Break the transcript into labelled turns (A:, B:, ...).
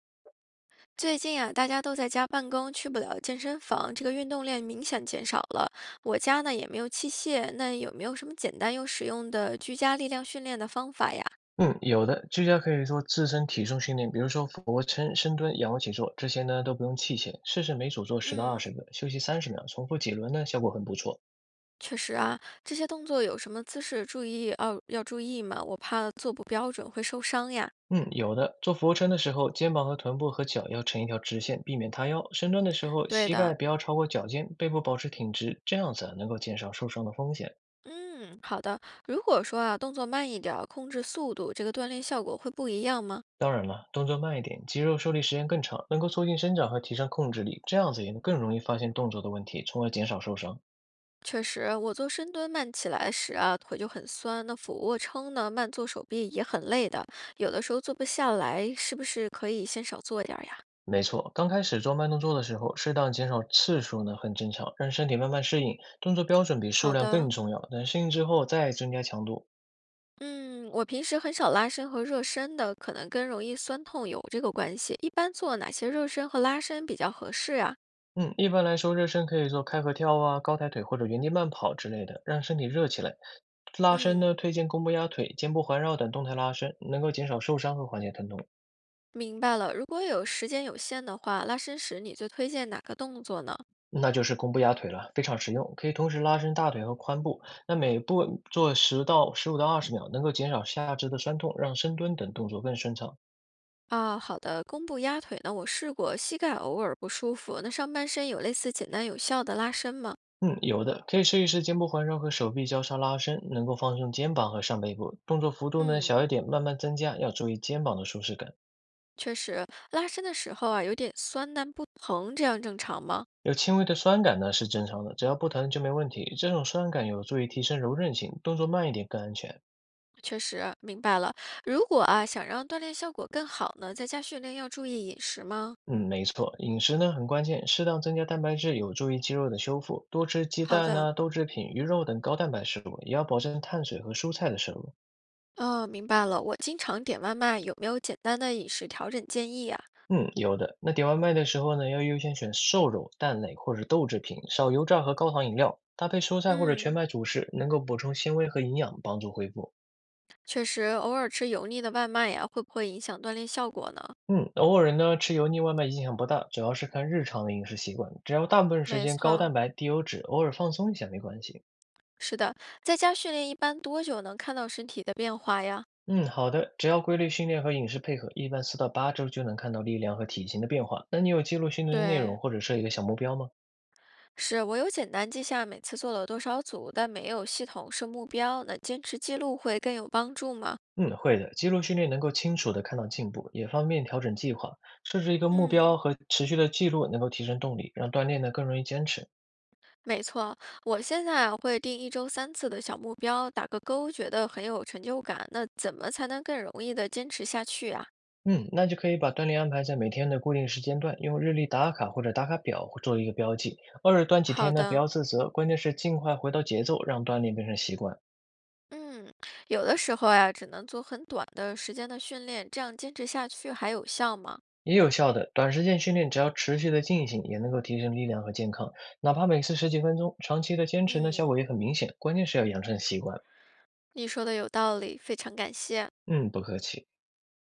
A: 最近啊，大家都在家办公，去不了健身房，这个运动量明显减少了。我家呢也没有器械，那有没有什么简单又实用的居家力量训练的方法呀？
B: 嗯，有的，居家可以做自身体重训练，比如说俯卧撑、深蹲、仰卧起坐，这些呢都不用器械，试试每组做十到二
A: 嗯，
B: 十个，休息30秒，重复几轮呢，效果很不错。
A: 确实啊，这些动作有什么姿势注意要注意吗？我怕做不标准会受伤呀。
B: 嗯，有的，做俯卧撑的时候，肩膀和臀部和脚要成一条直线，避免塌腰；深蹲的时候，
A: 对
B: 膝
A: 的，
B: 盖不要超过脚尖，背部保持挺直，这样子啊能够减少受伤的风险。
A: 嗯，好的。如果说啊动作慢一点儿，控制速度，这个锻炼效果会不一样吗？
B: 当然了，动作慢一点，肌肉受力时间更长，能够促进生长和提升控制力，这样子也能更容易发现动作的问题，从而减少受伤。
A: 确实，我做深蹲慢起来时啊，腿就很酸。那俯卧撑呢，慢做手臂也很累的，有的时候做不下来，是不是可以先少做点儿呀？
B: 没错，刚开始做慢动作的时候，适当减少次数呢很正常，让身体慢慢适应。动作标准比数
A: 好
B: 量
A: 的，
B: 更重要，等适应之后再增加强度。
A: 嗯，我平时很少拉伸和热身的，可能跟容易酸痛有这个关系。一般做哪些热身和拉伸比较合适呀？
B: 嗯，一般来说，热身可以做开合跳啊、高抬腿或者原地慢跑之类的，让身体热起来。拉伸
A: 嗯，
B: 呢，推荐弓步压腿、肩部环绕等动态拉伸，能够减少受伤和缓解疼痛。
A: 明白了。如果有时间有限的话，拉伸时你最推荐哪个动作呢？
B: 那就是弓步压腿了，非常实用，可以同时拉伸大腿和髋部。那每步做10到15到20秒，能够减少下肢的酸痛，让深蹲等动作更顺畅。
A: 啊，好的，弓步压腿呢，我试过，膝盖偶尔不舒服。那上半身有类似简单有效的拉伸吗？
B: 嗯，有的，可以试一试肩部环绕和手臂交叉拉伸，能够放松肩膀和上背部。动作幅度呢
A: 嗯，
B: 小一点，慢慢增加，要注意肩膀的舒适感。
A: 确实，拉伸的时候啊，有点酸，但不疼，这样正常吗？
B: 有轻微的酸感呢是正常的，只要不疼就没问题。这种酸感有助于提升柔韧性，动作慢一点更安全。
A: 确实，明白了。如果啊，想让锻炼效果更好呢，在家训练要注意饮食吗？
B: 嗯，没错，饮食呢很关键，适当增加蛋白质有助于肌肉的修复，多吃鸡
A: 好
B: 蛋
A: 的，
B: 呐、豆制品、鱼肉等高蛋白食物，也要保证碳水和蔬菜的摄入。
A: 哦，明白了。我经常点外卖，有没有简单的饮食调整建议啊？
B: 嗯，有的。那点外卖的时候呢，要优先选瘦肉、蛋类或者豆制品，少油炸和高糖饮料，搭配蔬菜或者全
A: 嗯，
B: 麦主食，能够补充纤维和营养，帮助恢复。
A: 确实，偶尔吃油腻的外卖呀，会不会影响锻炼效果呢？
B: 嗯，偶尔呢吃油腻外卖影响不大，主要是看日常的饮食习惯，只要大部分时
A: 没
B: 间高
A: 错。
B: 蛋白、低油脂，偶尔放松一下没关系。
A: 是的，在家训练一般多久能看到身体的变化呀？
B: 嗯，好的，只要规律训练和饮食配合，一般4到8周就能看到力量和体型的变化。那你有记录训练的内
A: 对，
B: 容或者设一个小目标吗？
A: 是我有简单记下每次做了多少组，但没有系统设目标，那坚持记录会更有帮助吗？
B: 嗯，会的。肌肉训练能够清楚地看到进步，也方便调整计划。设置一个目
A: 嗯，
B: 标和持续的记录，能够提升动力，让锻炼呢更容易坚持。
A: 没错，我现在啊会定一周三次的小目标，打个勾，觉得很有成就感。那怎么才能更容易的坚持下去啊？
B: 嗯，那就可以把锻炼安排在每天的固定时间段，用日历打卡或者打卡表做一个标记。偶尔断几
A: 好
B: 天呢，不
A: 的，
B: 要自责，关键是尽快回到节奏，让锻炼变成习惯。
A: 嗯，有的时候呀，只能做很短的时间的训练，这样坚持下去还有效吗？
B: 也有效的，短时间训练只要持续的进行，也能够提升力量和健康。哪怕每次十几分钟，长期的坚持呢，效
A: 嗯，
B: 果也很明显。关键是要养成习惯。
A: 你说的有道理，非常感谢。
B: 嗯，不客气。